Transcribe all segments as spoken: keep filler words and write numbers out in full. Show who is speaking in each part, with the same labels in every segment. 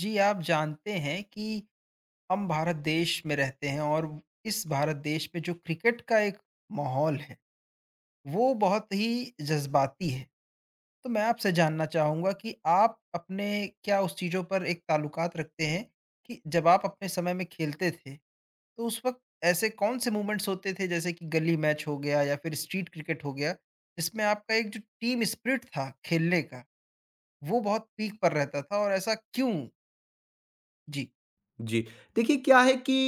Speaker 1: जी, आप जानते हैं कि हम भारत देश में रहते हैं और इस भारत देश में जो क्रिकेट का एक माहौल है, वो बहुत ही जज़्बाती है। तो मैं आपसे जानना चाहूँगा कि आप अपने क्या उस चीज़ों पर एक ताल्लुकात रखते हैं कि जब आप अपने समय में खेलते थे, तो उस वक़्त ऐसे कौन-से मूवमेंट्स होते थे जैसे कि गली मैच हो गया या फिर स्ट्रीट क्रिकेट हो गया, जिसमें आपका एक जो टीम स्पिरिट था खेलने का, वो बहुत पीक पर रहता था और ऐसा क्यों? जी।
Speaker 2: जी। देखिए क्या है कि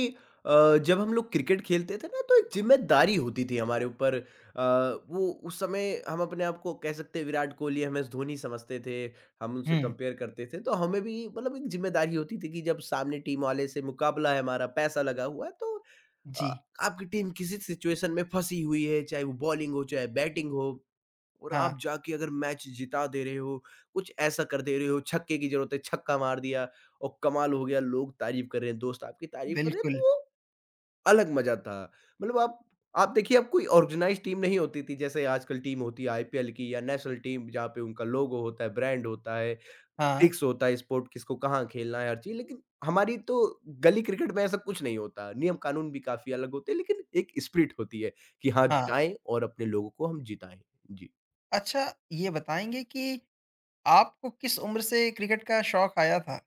Speaker 2: अ, जब हम लोग क्रिकेट खेलते थे ना तो एक ज़िम्मेदारी होती थी हमारे ऊपर। अ, वो उस समय हम अपने आप को कह सकते हैं विराट कोहली, एम एस धोनी समझते थे, हम उनसे
Speaker 1: हुँ।
Speaker 2: कंपेयर करते थे। तो हमें भी मतलब एक ज़िम्मेदारी होती थी कि जब सामने टीम वाले से मुकाबला है हमारा, पैसा लगा हुआ है तो अ,
Speaker 1: जी,
Speaker 2: आपकी टीम किसी सिचुएशन में फँसी हुई है, चाहे वो बॉलिंग हो, चाहे बैटिंग हो। और
Speaker 1: हाँ।
Speaker 2: आप जाके अगर मैच जिता दे रहे हो, कुछ ऐसा कर दे रहे हो, छक्के की ज़रूरत है, छक्का मार दिया और कमाल हो गया, लोग तारीफ़ कर रहे हैं, दोस्त आपकी तारीफ़ कर रहे हैं,
Speaker 1: बिल्कुल,
Speaker 2: तो वो अलग मज़ा था। मतलब आप आप देखिए अब कोई ऑर्गेनाइज़ टीम नहीं होती थी, जैसे आजकल टीम होती है आई पी एल की या नेशनल टीम जहाँ पे उनका लोगो होता है, ब्रांड होता है,
Speaker 1: हाँ,
Speaker 2: फिक्स होता है स्पोर्ट किसको कहाँ खेलना है, हर चीज़। लेकिन हमारी तो गली क्रिकेट में ऐसा कुछ नहीं होता, नियम कानून भी काफ़ी अलग होते हैं, लेकिन एक स्पिरिट होती है कि हाँ,
Speaker 1: हाँ।
Speaker 2: जाएँ और अपने लोगों को हम जिताएँ। जी।
Speaker 1: अच्छा, ये बताएँगे कि आपको किस उम्र से क्रिकेट का शौक आया था?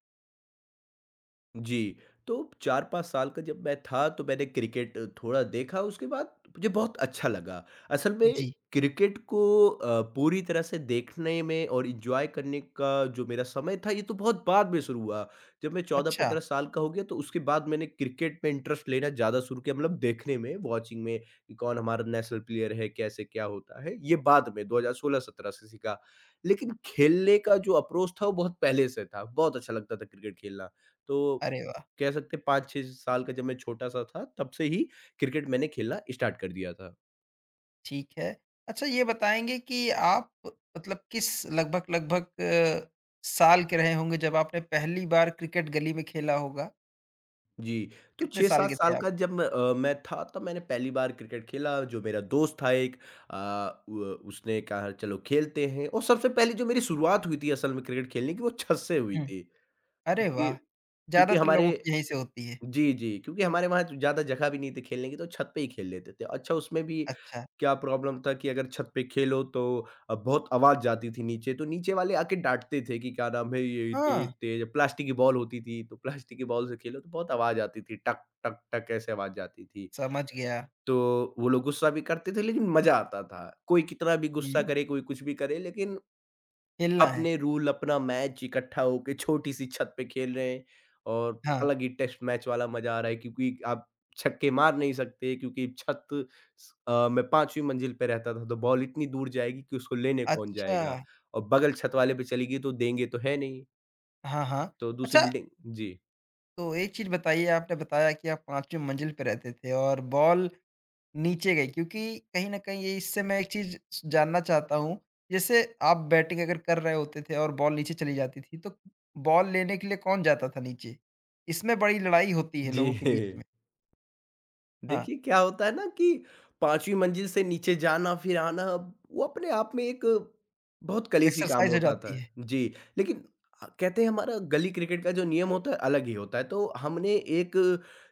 Speaker 2: जी, तो चार पाँच साल का जब मैं था तो मैंने क्रिकेट थोड़ा देखा उसके बाद मुझे बहुत अच्छा लगा। असल में
Speaker 1: जी।
Speaker 2: क्रिकेट को अ, पूरी तरह से देखने में और एन्जॉय करने का जो मेरा समय था ये तो बहुत बाद में शुरू हुआ। जब मैं
Speaker 1: अच्छा।
Speaker 2: चौदह पंद्रह साल का हो गया तो उसके बाद मैंने क्रिकेट में इंटरेस्ट लेना ज़्यादा शुरू किया मतलब देखने में, वॉचिंग में कि कौन हमारा नेशनल प्लेयर है, कैसे क्या होता है, ये बाद में दो हज़ार सोलह-सत्रह से सीखा। लेकिन खेलने का जो अप्रोच था वो बहुत पहले से था, बहुत अच्छा लगता था क्रिकेट खेलना। तो
Speaker 1: अरे वाह!
Speaker 2: कह सकते हैं पाँच छह साल का जब मैं छोटा-सा था, तब से ही क्रिकेट मैंने खेलना स्टार्ट कर दिया था।
Speaker 1: ठीक है। अच्छा, ये बताएँगे कि आप मतलब किस लगभग लगभग अ, साल के रहे होंगे जब आपने पहली बार क्रिकेट गली में खेला होगा?
Speaker 2: जी, तो
Speaker 1: कितने साल
Speaker 2: छह सात
Speaker 1: के थे
Speaker 2: साल
Speaker 1: आप?
Speaker 2: का जब मैं अ, मैं था तब मैंने पहली बार क्रिकेट खेला, जो मेरा दोस्त था एक अ, व उसने कहा चलो खेलते हैं और सबसे पहले जो मेरी शुरुआत हुई थी असल में क्रिकेट खेलने की वो छत से हुई
Speaker 1: हुँ।
Speaker 2: थी,
Speaker 1: अरे
Speaker 2: क्योंकि
Speaker 1: वाह!
Speaker 2: क्योंकि
Speaker 1: ज़्यादातर
Speaker 2: हमारे
Speaker 1: लोगों की यहीं से होती है।
Speaker 2: जी, जी, क्योंकि हमारे वहाँ तो ज़्यादा जगह भी नहीं थी खेलने की, तो छत पे ही खेल लेते थे। अच्छा उसमें भी
Speaker 1: अच्छा।
Speaker 2: क्या प्रॉब्लम था कि अगर छत पे खेलो तो अ, बहुत आवाज़ जाती थी नीचे, तो नीचे वाले आके डाँटते थे कि क्या नाम है ये इतनी
Speaker 1: हाँ,
Speaker 2: तेज़ प्लास्टिक की बॉल होती थी, तो प्लास्टिक की बॉल से खेलो तो बहुत आवाज़ आती थी, टक, टक, टक ऐसे आवाज़ जाती थी।
Speaker 1: समझ गया।
Speaker 2: तो वो लोग गुस्सा भी करते थे लेकिन मज़ा आता था। कोई कितना भी गुस्सा
Speaker 1: हुँ,
Speaker 2: करे, कोई कुछ भी करे लेकिन
Speaker 1: खेलना है।
Speaker 2: अपने रूल अपना मैच इकट्ठा होके छोटी-सी छत पे खेल रहे हैं और
Speaker 1: हाँ,
Speaker 2: अलग ही टेस्ट मैच वाला मज़ा आ रहा है क्योंकि आप छक्के मार नहीं सकते क्योंकि छत स अ, मैं पाँचवीं मंजिल पे रहता था तो बॉल इतनी दूर जाएगी कि उसको लेने कौन
Speaker 1: अच्छा।
Speaker 2: जाएगा और बगल छत वाले पे चली गई तो देंगे तो है नहीं,
Speaker 1: हाँ, हाँ।
Speaker 2: तो दूसरी
Speaker 1: अच्छा,
Speaker 2: बिल्डिंग। जी।
Speaker 1: तो एक चीज़ बताइए, आपने बताया कि आप 5वीं मंज़िल पे रहते थे और बॉल नीचे गई, क्योंकि कहीं न कहीं ये इससे मैं एक चीज़ स जानना चाहता हूँ। जैसे आप बैटिंग अगर कर रहे होते थे और बॉल नीचे चली जाती थी, तो बॉल लेने के लिए कौन जाता था नीचे? इसमें बड़ी लड़ाई होती है
Speaker 2: जी।
Speaker 1: लोगों के बीच में। हाँ,
Speaker 2: देखिए, क्या होता है ना कि पाँचवीं मंजिल से नीचे जाना फिर आना, वो अपने आप में एक बहुत कलेशी काम
Speaker 1: एक्सरसाइज़ हो
Speaker 2: होता था।
Speaker 1: जाती है।
Speaker 2: जी, लेकिन अ, कहते हैं हमारा गली क्रिकेट का जो नियम होता है अलग ही होता है, तो हमने एक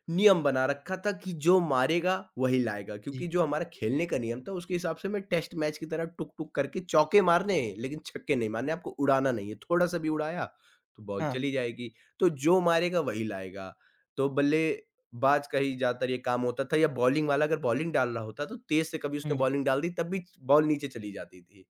Speaker 2: नियम बना रखा था कि जो मारेगा वही लाएगा,
Speaker 1: जी,
Speaker 2: क्योंकि जो हमारा खेलने का नियम था उसके हिसाब से हमें टेस्ट मैच की तरह टुक-टुक करके चौके मारने हैं, लेकिन छक्के नहीं मारने, आपको उड़ाना नहीं है, थोड़ा-सा भी उड़ाया तो बॉल
Speaker 1: हाँ।
Speaker 2: चली जाएगी, तो जो मारेगा वही लाएगा। तो बल्ले बाज का ही ज़्यादातर ये काम होता था या बॉलिंग वाला अगर बॉलिंग डाल रहा होता तो तेज़ से कभी उसने
Speaker 1: हुँ।
Speaker 2: बॉलिंग डाल दी तब भी बॉल नीचे चली जाती थी,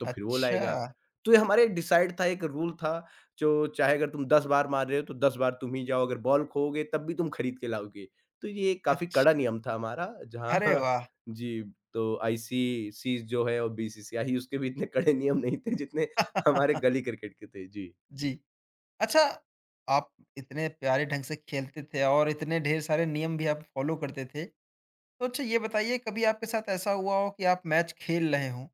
Speaker 2: तो फिर वो
Speaker 1: अच्छा।
Speaker 2: लाएगा। तो ये हमारे डिसाइड था एक रूल था जो चाहे अगर तुम दस बार मार रहे हो तो दस बार तुम ही जाओ, अगर बॉल खोओगे तब भी तुम खरीद के लाओगे। तो ये काफ़ी कड़ा
Speaker 1: अच्छ
Speaker 2: नियम था हमारा जहाँ।
Speaker 1: अरे वाह!
Speaker 2: जी, तो आई सी सी जो है और बी सी सी आई उसके भी इतने कड़े नियम नहीं थे जितने हमारे गली क्रिकेट के थे। जी।
Speaker 1: जी। अच्छा, आप इतने प्यारे ढंग से खेलते थे और इतने ढेर सारे नियम भी आप फ़ॉलो करते थे। तो अच्छा, ये बताइए कभी आपके साथ ऐसा हुआ हो कि आप मैच खेल रहे हों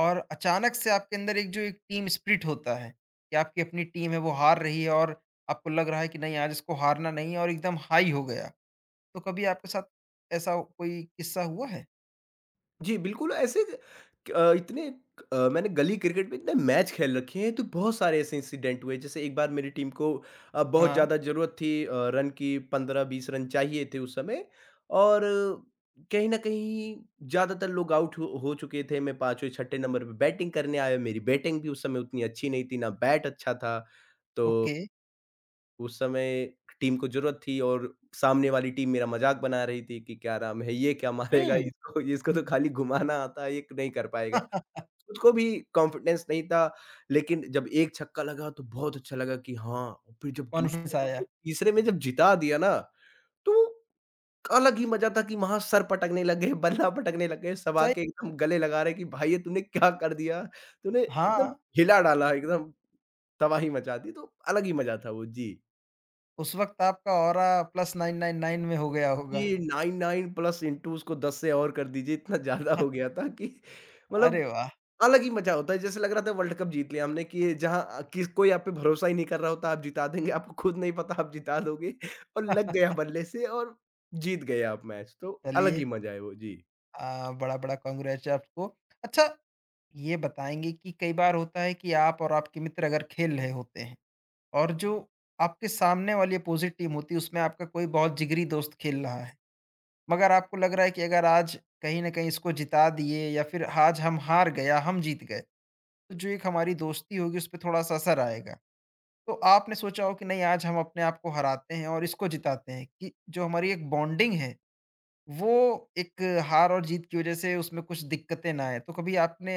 Speaker 1: और अचानक से आपके अंदर एक जो एक टीम स्पिरिट होता है कि आपकी अपनी टीम है वो हार रही है और आपको लग रहा है कि नहीं, आज इसको हारना नहीं है और एकदम हाई हो गया, तो कभी आपके साथ ऐसा कोई किस्सा हुआ है?
Speaker 2: जी, बिल्कुल ऐसे अ, इतने अ, मैंने गली क्रिकेट में इतने मैच खेल रखे हैं तो बहुत सारे ऐसे इंसिडेंट हुए जैसे एक बार मेरी टीम को अ, बहुत
Speaker 1: हाँ।
Speaker 2: ज़्यादा ज़रूरत थी अ, रन की पंद्रह बीस रन चाहिए थे उस समय और अ, कहीं न कहीं ज़्यादातर लोग आउट हो हो चुके थे। मैं पाँचवें छठे नंबर पे बैटिंग करने आया, मेरी बैटिंग भी उस समय उतनी अच्छी नहीं थी, ना बैट अच्छा था। तो
Speaker 1: ओके।
Speaker 2: उस समय टीम को ज़रूरत थी और सामने वाली टीम मेरा मज़ाक बना रही थी कि क्या नाम है, ये क्या मारेगा
Speaker 1: हम्म।
Speaker 2: इसको इसको तो खाली घुमाना आता है, ये नहीं कर पाएगा। उसको भी कॉन्फिडेंस नहीं था, लेकिन जब एक छक्का लगा तो बहुत अच्छा लगा कि हाँ, और फिर जब
Speaker 1: कॉन्फिडेंस
Speaker 2: दूसरा हुआ
Speaker 1: आया।
Speaker 2: और तीसरे में जब जिता दिया ना, तो अलग ही मज़ा था कि वहाँ सर पटकने लगे, बल्ला पटकने लग गए, सब
Speaker 1: सही।
Speaker 2: आके एकदम गले लगा रहे कि भाई ये तूने क्या कर दिया? तूने एकदम
Speaker 1: हाँ।
Speaker 2: हिला डाला, एकदम तबाही मचा दी, तो अलग ही मज़ा था वो। जी।
Speaker 1: उस वक्त आपका aura plus nine nine nine में हो गया होगा।
Speaker 2: ये निन्यानवे प्लस इंटू उसको दस से और कर दीजिए, इतना ज़्यादा हो गया था कि मतलब
Speaker 1: अरे वाह!
Speaker 2: अलग ही मज़ा होता है, जैसे लग रहा था वर्ल्ड कप जीत लिया हमने कि जहाँ अ, किस कोई आप पे भरोसा ही नहीं कर रहा होता, आप जिता देंगे, आपको खुद नहीं पता आप जिता दोगे और लग गया बल्ले से और जीत गए आप मैच, तो अलग ही
Speaker 1: चलिए।
Speaker 2: मज़ा है वो। जी।
Speaker 1: आ, बड़ा बड़ा कांग्रेचुलेशन आपको। अच्छा, ये बताएँगे कि कई बार होता है कि आप और आपके मित्र अगर खेल रहे होते हैं और जो आपके सामने वाली अपोज़िट टीम होती है, उसमें आपका कोई बहुत जिगरी दोस्त खेल रहा है। मगर आपको लग रहा है कि अगर आज कहीं न कहीं इसको जिता दिए या फिर आज हम हार गए या हम जीत गए, तो जो एक हमारी दोस्ती होगी उसपे थोड़ा-सा असर आएगा। तो आपने सोचा हो कि नहीं, आज हम अपने आप को हराते हैं और इसको जिताते हैं, कि जो हमारी एक बॉन्डिंग है, वो एक हार और जीत की वज़ह से उसमें कुछ दिक्कतें ना आएँ। तो कभी आपने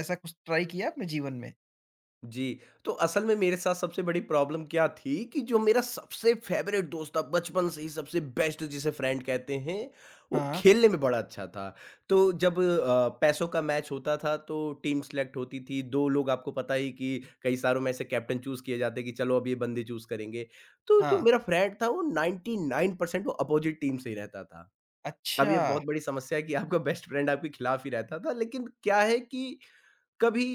Speaker 1: ऐसा कुछ ट्राई किया अपने जीवन में?
Speaker 2: जी, तो असल में मेरे साथ सबसे बड़ी प्रॉब्लम क्या थी कि जो मेरा सबसे फ़ेवरेट दोस्त था, बचपन से ही सबसे बेस्ट जिसे फ्रेंड कहते हैं, वो
Speaker 1: हाँ,
Speaker 2: खेलने में बड़ा अच्छा था। तो जब अ, पैसों का मैच होता था तो टीम सेलेक्ट होती थी, दो लोग आपको पता ही कि कई सारों में से कैप्टन चूज़ किए जाते हैं कि चलो अब ये बंदे चूज़ करेंगे। तो जो
Speaker 1: हाँ।
Speaker 2: मेरा फ्रेंड था वो निन्यानवे परसेंट वो अपोज़िट टीम से ही रहता था। अब ये
Speaker 1: अच्छा!
Speaker 2: बहुत बड़ी समस्या है कि आपका बेस्ट फ्रेंड आपके खिलाफ ही रहता था, लेकिन क्या है कि कभी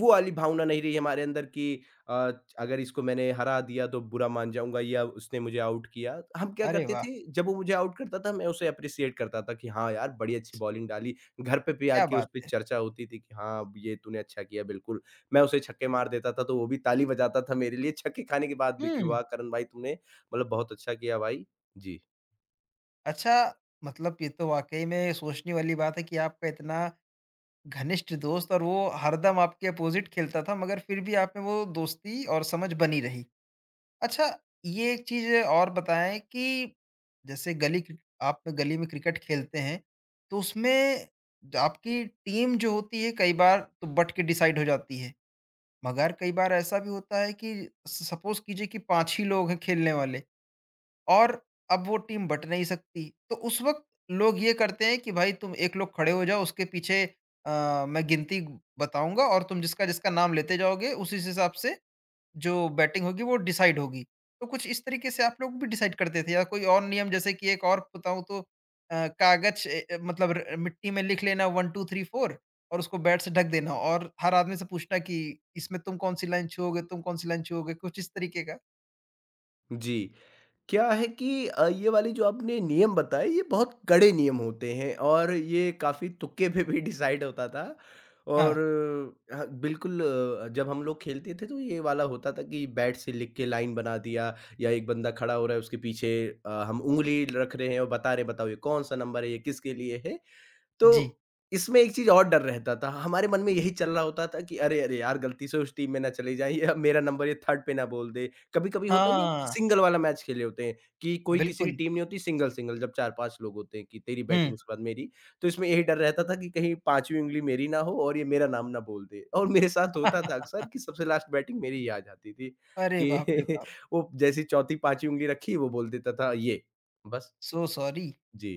Speaker 2: वो वाली भावना नहीं रही हमारे अंदर कि अ, अगर इसको मैंने हरा दिया तो बुरा मान जाऊँगा या उसने मुझे आउट किया। हम क्या
Speaker 1: अरे
Speaker 2: करते
Speaker 1: वाह!
Speaker 2: थे जब वो मुझे आउट करता था मैं उसे एप्रिशिएट करता था कि हाँ यार, बड़ी अच्छी बॉलिंग डाली। घर पे भी
Speaker 1: क्या
Speaker 2: आके उस
Speaker 1: बात
Speaker 2: पे
Speaker 1: है।
Speaker 2: चर्चा होती थी कि हाँ, ये तूने अच्छा किया बिल्कुल। मैं उसे छक्के मार देता था तो वो भी ताली बजाता था मेरे लिए छक्के खाने के बाद भी कि
Speaker 1: हुँ।
Speaker 2: वाह! करण भाई तुमने मतलब बहुत अच्छा किया भाई। जी।
Speaker 1: अच्छा, मतलब ये तो वाक़ई में सोचने वाली बात है कि आपका इतना घनिष्ठ दोस्त, और वो हरदम आपके अपोज़िट खेलता था मगर फिर भी आप में वो दोस्ती और समझ बनी रही। अच्छा, ये एक चीज़ और बताएँ कि जैसे गली क्रिक आप गली में क्रिकेट खेलते हैं, तो उसमें जो आपकी टीम जो होती है कई बार तो बँट के डिसाइड हो जाती है। मगर कई बार ऐसा भी होता है कि स सपोज़ कीजिए कि पाँच ही लोग हैं खेलने वाले, और अब वो टीम बट नहीं सकती। तो उस वक़्त लोग ये करते हैं कि भाई तुम एक लोग खड़े हो जाओ उसके पीछे, अ, मैं गिनती बताऊँगा और तुम जिसका-जिसका नाम लेते जाओगे उसी हिसाब से जो बैटिंग होगी वो डिसाइड होगी। तो कुछ इस तरीके से आप लोग भी डिसाइड करते थे या कोई और नियम, जैसे कि एक और बताऊँ तो अ, कागज़, ए ए, मतलब र मिट्टी में लिख लेना एक दो तीन चार और उसको बैट से ढक देना और हर आदमी से पूछना कि इसमें तुम कौन-सी लाइन छुओगे, तुम कौन-सी लाइन छुओगे? कुछ इस तरीके का?
Speaker 2: जी। क्या है कि अ, ये वाली जो आपने नियम बताए ये बहुत कड़े नियम होते हैं और ये काफ़ी तुक्के पे भी डिसाइड होता था और
Speaker 1: हाँ,
Speaker 2: अ, हाँ, बिल्कुल अ, जब हम लोग खेलते थे तो ये वाला होता था कि बैट से लिख के लाइन बना दिया या एक बंदा खड़ा हो रहा है उसके पीछे अ, हम उंगली रख रहे हैं और बता रहे हैं, बताओ ये कौन सा नंबर है ये किसके लिए है
Speaker 1: जी।
Speaker 2: तो इसमें एक चीज़ और डर रहता था। हमारे मन में यही चल रहा होता था कि अरे, अरे यार! गलती से उस टीम में ना चले जाएँ या मेरा नंबर ये थर्ड पे ना बोल दे। कभी-कभी होता नहीं है हम
Speaker 1: हाँ,
Speaker 2: सिंगल वाला मैच खेले होते हैं कि कोई किसी की
Speaker 1: बिल्कुल।
Speaker 2: टीम नहीं होती सिंगल-सिंगल, जब चार पाँच लोग होते हैं कि तेरी
Speaker 1: हुँ।
Speaker 2: बैटिंग उसके बाद मेरी। तो इसमें यही डर रहता था कि कहीं पाँचवीं उंगली मेरी ना हो और ये मेरा नाम ना बोल दे। और मेरे साथ होता था अक्सर कि सबसे लास्ट बैटिंग मेरी ही आ जाती थी
Speaker 1: अरे
Speaker 2: कि
Speaker 1: बाप रे बाप!
Speaker 2: वो जैसे ही चौथी, पाँचवीं उंगली रखी वो बोल देता था ये। बस,
Speaker 1: सो सॉरी।
Speaker 2: जी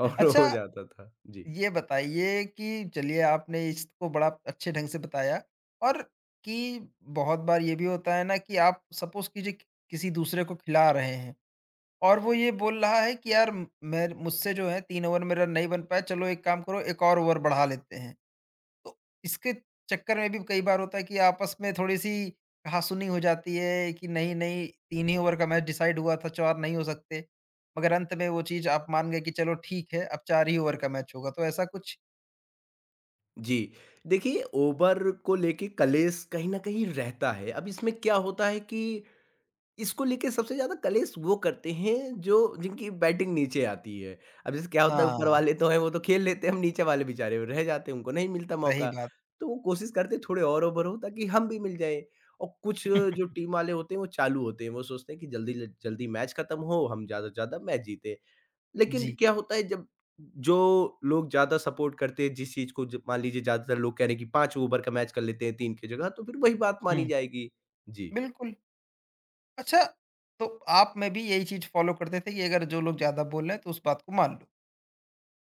Speaker 2: और
Speaker 1: अच्छा,
Speaker 2: हो जाता था। जी।
Speaker 1: ये बताइए कि चलिए आपने इसको बड़ा अच्छे ढंग से बताया। और कि बहुत बार ये भी होता है ना कि आप सपोज़ कीजिए कि किसी दूसरे को खिला रहे हैं और वो ये बोल रहा है कि यार, म- मैं, मुझसे जो है तीन ओवर मेरा नहीं बन पाया, चलो एक काम करो, एक और ओवर बढ़ा लेते हैं। तो इसके चक्कर में भी कई बार होता है कि आपस में थोड़ी सी कहासुनी हो जाती है कि नहीं नहीं, तीन ही ओवर का मैच डिसाइड हुआ था, चार नहीं हो सकते। मगर अंत में वो चीज़ आप मान गए कि चलो ठीक है, अब चार ही ओवर का मैच होगा, तो ऐसा कुछ।
Speaker 2: जी, देखिए उबर को लेके कलेश कहीं न कहीं रहता है। अब इसमें क्या होता है कि इसको लेके सबसे ज़्यादा कलेश वो करते हैं जो जिनकी बैटिंग नीचे आती है। अब जैसे क्या होता है, ऊपर
Speaker 1: हाँ,
Speaker 2: वाले तो हैं वो तो खेल लेते हैं, हम नीचे वाले बेचारे वो रह जाते हैं, उनको नहीं मिलता
Speaker 1: सही
Speaker 2: मौका।
Speaker 1: बात।
Speaker 2: तो वो कोशिश करते हैं थोड़े और ओवर हो ताकि हम भी मिल जाएँ। और कुछ जो टीम वाले होते हैं वो चालू होते हैं। वो सोचते हैं कि जल्दी ल जल्दी मैच खत्म हो, हम ज़्यादा से ज़्यादा मैच जीतें। लेकिन
Speaker 1: जी,
Speaker 2: क्या होता है जब जो लोग ज़्यादा सपोर्ट करते हैं जिस चीज़ को, ज मान लीजिए ज़्यादातर लोग कह रहे हैं कि पाँच ओवर का मैच कर लेते हैं तीन की जगह, तो फिर वही बात मानी
Speaker 1: हुँ,
Speaker 2: जाएगी। जी।
Speaker 1: बिल्कुल। अच्छा, तो आप में भी यही चीज़ फ़ॉलो करते थे कि अगर जो लोग ज़्यादा बोल रहे हैं तो उस बात को मान लो।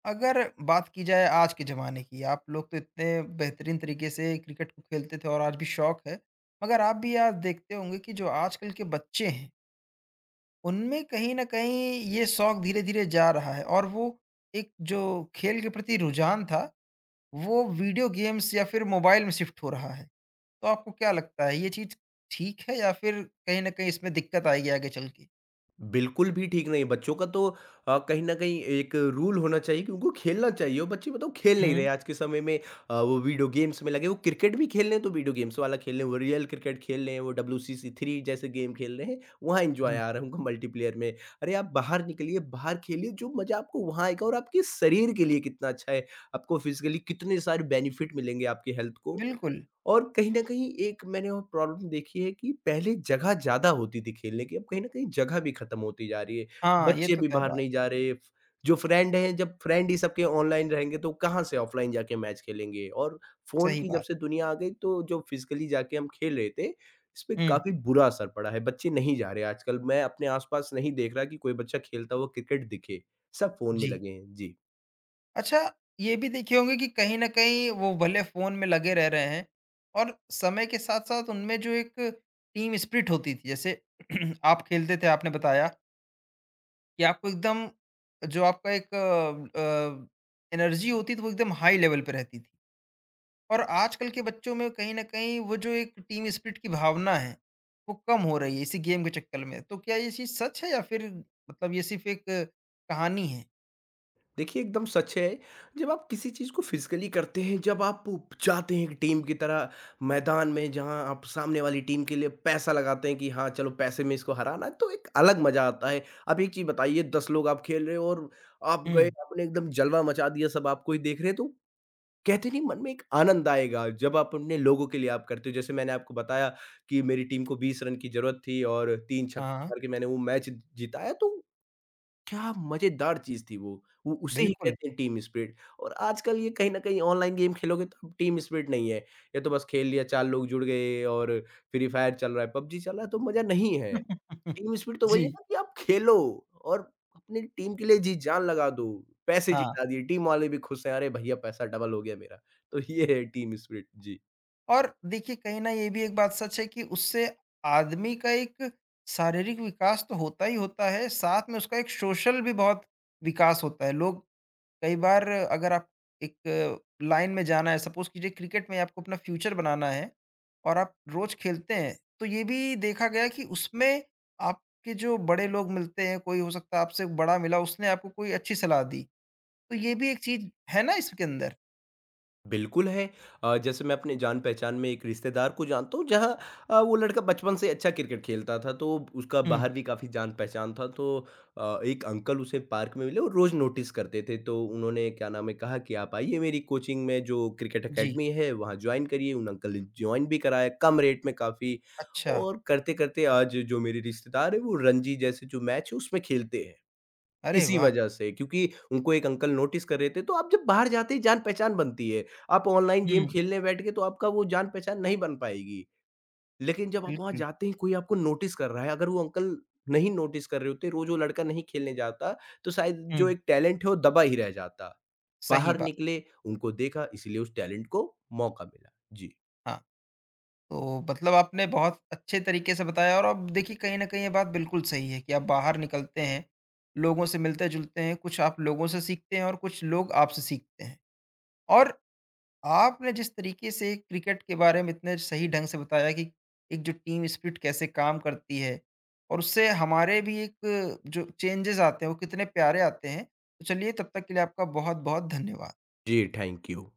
Speaker 1: अगर बात की जाए आज के ज़माने की, आप लोग तो इतने बेहतरीन तरीके से क्रिकेट को खेलते थे और आज भी शौक है। मगर आप भी आज देखते होंगे कि जो आजकल के बच्चे हैं, उनमें कहीं न कहीं ये शौक धीरे-धीरे जा रहा है और वो एक जो खेल के प्रति रुझान था, वो वीडियो गेम्स या फिर मोबाइल में शिफ्ट हो रहा है। तो आपको क्या लगता है, ये चीज़ ठीक है या फिर कहीं न कहीं इसमें दिक्कत आएगी आगे चल के?
Speaker 2: बिल्कुल भी ठीक नहीं है बच्चों का तो। अ, कहीं न कहीं एक रूल होना चाहिए कि उनको खेलना चाहिए, और बच्चे बताओ खेल नहीं
Speaker 1: हुँ,
Speaker 2: रहे आज के समय में। अ, वो वीडियो गेम्स में लगे, वो क्रिकेट भी खेल रहे हैं तो वीडियो गेम्स वाला खेल रहे हैं, वो रियल क्रिकेट खेल रहे हैं, वो डब्ल्यू सी सी थ्री जैसे गेम खेल रहे हैं। वहाँ एन्जॉय
Speaker 1: जी।
Speaker 2: आ रहा है उनको मल्टीप्लेयर में। अरे आप बाहर निकलिए, बाहर खेलिए, जो मज़ा आपको वहाँ आएगा और आपके शरीर के लिए कितना अच्छा है, आपको फिज़िकली कितने सारे बेनिफिट मिलेंगे आपकी हेल्थ को।
Speaker 1: बिल्कुल।
Speaker 2: और कहीं न कहीं एक मैंने और प्रॉब्लम देखी है कि पहले जगह ज़्यादा होती थी खेलने की, अब कहीं न कहीं जगह भी खत्म होती जा रही है।
Speaker 1: हाँ, ये
Speaker 2: बच्चे
Speaker 1: तो
Speaker 2: भी
Speaker 1: तय
Speaker 2: बाहर
Speaker 1: बात।
Speaker 2: नहीं जा रहे, फ जो फ्रेंड हैं, जब फ्रेंड ही सबके ऑनलाइन रहेंगे तो कहाँ से ऑफलाइन जाके मैच खेलेंगे? और फ़ोन
Speaker 1: सही
Speaker 2: की जब
Speaker 1: बात।
Speaker 2: से दुनिया आ गई तो जो फिज़िकली जाके हम खेल रहे थे, इसपे
Speaker 1: हुँ,
Speaker 2: काफ़ी बुरा असर पड़ा है, बच्चे नहीं जा रहे आजकल। मैं अपने आस-पास नहीं देख रहा कि कोई बच्चा खेलता हुआ क्रिकेट दिखे, सब फ़ोन में
Speaker 1: जी।
Speaker 2: लगे हैं। जी।
Speaker 1: अच्छा, ये भी देखे होंगे कि कहीं न कहीं वो भले फ़ोन में लगे रह रहे हैं और समय के साथ-साथ उनमें जो एक टीम स्पिरिट होती थी, जैसे आप खेलते थे आपने बताया कि आपको एकदम, जो आपका एक अ अ, एनर्जी होती थी वो एकदम हाई लेवल पे रहती थी। और आजकल के बच्चों में कहीं न कहीं वो जो एक टीम स्पिरिट की भावना है, वो कम हो रही है इसी गेम के चक्कर में। तो क्या ये चीज़ सच है या फिर मतलब ये सिर्फ़ एक कहानी है?
Speaker 2: देखिए, एकदम सच है। जब आप किसी चीज़ को फ़िज़िकली करते हैं, जब आप जाते हैं एक टीम की तरह मैदान में जहाँ आप सामने वाली टीम के लिए पैसा लगाते हैं कि हाँ, चलो पैसे में इसको हराना है, तो एक अलग मज़ा आता है। अब एक चीज़ बताइए, दस लोग आप खेल रहे हो और आप गए,
Speaker 1: हुँ।
Speaker 2: आपने एकदम जलवा मचा दिया, सब आपको ही देख रहे हैं, तो कहते नहीं मन में एक आनंद आएगा, जब आप अपने लोगों के लिए आप करते हो। जैसे मैंने आपको बताया कि मेरी टीम को बीस रन की ज़रूरत थी और तीन छक्के
Speaker 1: हाँ,
Speaker 2: मार के मैंने वो मैच जिताया, तो क्या मज़ेदार चीज़ थी वो। वो उसे ही
Speaker 1: बिल्कुल।
Speaker 2: कहते हैं टीम स्पिरिट। और आजकल ये कहीं न कहीं ऑनलाइन गेम खेलोगे तो अब टीम स्पिरिट नहीं है। ये तो बस खेल लिया, चार लोग जुड़ गए और फ्री फायर चल रहा है, पबजी चल रहा है, तो मज़ा नहीं है। टीम स्पिरिट तो
Speaker 1: जी,
Speaker 2: वही है ना, कि आप खेलो और अपनी टीम के लिए जी जान लगा दो, पैसे
Speaker 1: हाँ।
Speaker 2: जिता दिए, टीम वाले भी खुश हैं, अरे भैया पैसा डबल हो गया मेरा। तो ये है टीम स्पिरिट। जी।
Speaker 1: और देखिए कहीं न ये भी एक बात सच है कि उससे आदमी का एक शारीरिक विकास तो होता ही होता है, साथ में उसका एक सोशल भी बहुत विकास होता है। लोग कई बार, अगर आप एक लाइन में जाना है, सपोज कीजिए क्रिकेट में आपको अपना फ्यूचर बनाना है और आप रोज खेलते हैं, तो ये भी देखा गया कि उसमें आपके जो बड़े लोग मिलते हैं, कोई हो सकता है आपसे बड़ा मिला, उसने आपको कोई अच्छी सलाह दी, तो ये भी एक चीज है ना इसके अंदर।
Speaker 2: बिल्कुल है। अ, जैसे मैं अपने जान-पहचान में एक रिश्तेदार को जानता हूँ जहाँ अ, वो लड़का बचपन से अच्छा क्रिकेट खेलता था, तो उसका
Speaker 1: हुँ,
Speaker 2: बाहर भी काफ़ी जान-पहचान था। तो अ, एक अंकल उसे पार्क में मिले और रोज़ नोटिस करते थे, तो उन्होंने क्या नाम है कहा कि आप आइए मेरी कोचिंग में, जो क्रिकेट
Speaker 1: जी।
Speaker 2: अकेडमी है वहाँ जॉइन करिए। उन अंकल ने जॉइन भी कराया कम रेट में काफ़ी।
Speaker 1: अच्छा,
Speaker 2: और करते-करते आज जो मेरे रिश्तेदार हैं वो रणजी जैसे जो मैच है उसमें खेलते हैं।
Speaker 1: अरे
Speaker 2: इसी
Speaker 1: वाह!
Speaker 2: वजह से, क्योंकि उनको एक अंकल नोटिस कर रहे थे, तो आप जब बाहर जाते ही जान-पहचान बनती है। आप ऑनलाइन गेम
Speaker 1: हुँ।
Speaker 2: खेलने बैठ के तो आपका वो जान-पहचान नहीं बन पाएगी। लेकिन जब आप वहाँ
Speaker 1: बिल्कुल,
Speaker 2: जाते ही कोई आपको नोटिस कर रहा है, अगर वो अंकल नहीं नोटिस कर रहे होते, रोज़ वो लड़का नहीं खेलने जाता, तो शायद
Speaker 1: हुँ।
Speaker 2: जो एक टैलेंट है वो दबा ही रह जाता।
Speaker 1: सही
Speaker 2: बाहर
Speaker 1: बात,
Speaker 2: निकले, उनको देखा, इसीलिए उस टैलेंट को मौका मिला। जी।
Speaker 1: हाँ। तो मतलब आपने बहुत अच्छे तरीके से बताया, और अब देखिए कहीं न कहीं ये बात बिल्कुल सही है कि आप बाहर निकलते हैं, लोगों से मिलते-जुलते हैं, कुछ आप लोगों से सीखते हैं और कुछ लोग आपसे सीखते हैं। और आपने जिस तरीके से क्रिकेट के बारे में इतने सही ढंग से बताया कि एक जो टीम स्पिरिट कैसे काम करती है और उससे हमारे भी एक जो चेंजेज़ आते हैं वो कितने प्यारे आते हैं। तो चलिए, तब तक के लिए आपका बहुत-बहुत धन्यवाद।
Speaker 2: जी, थैंक यू।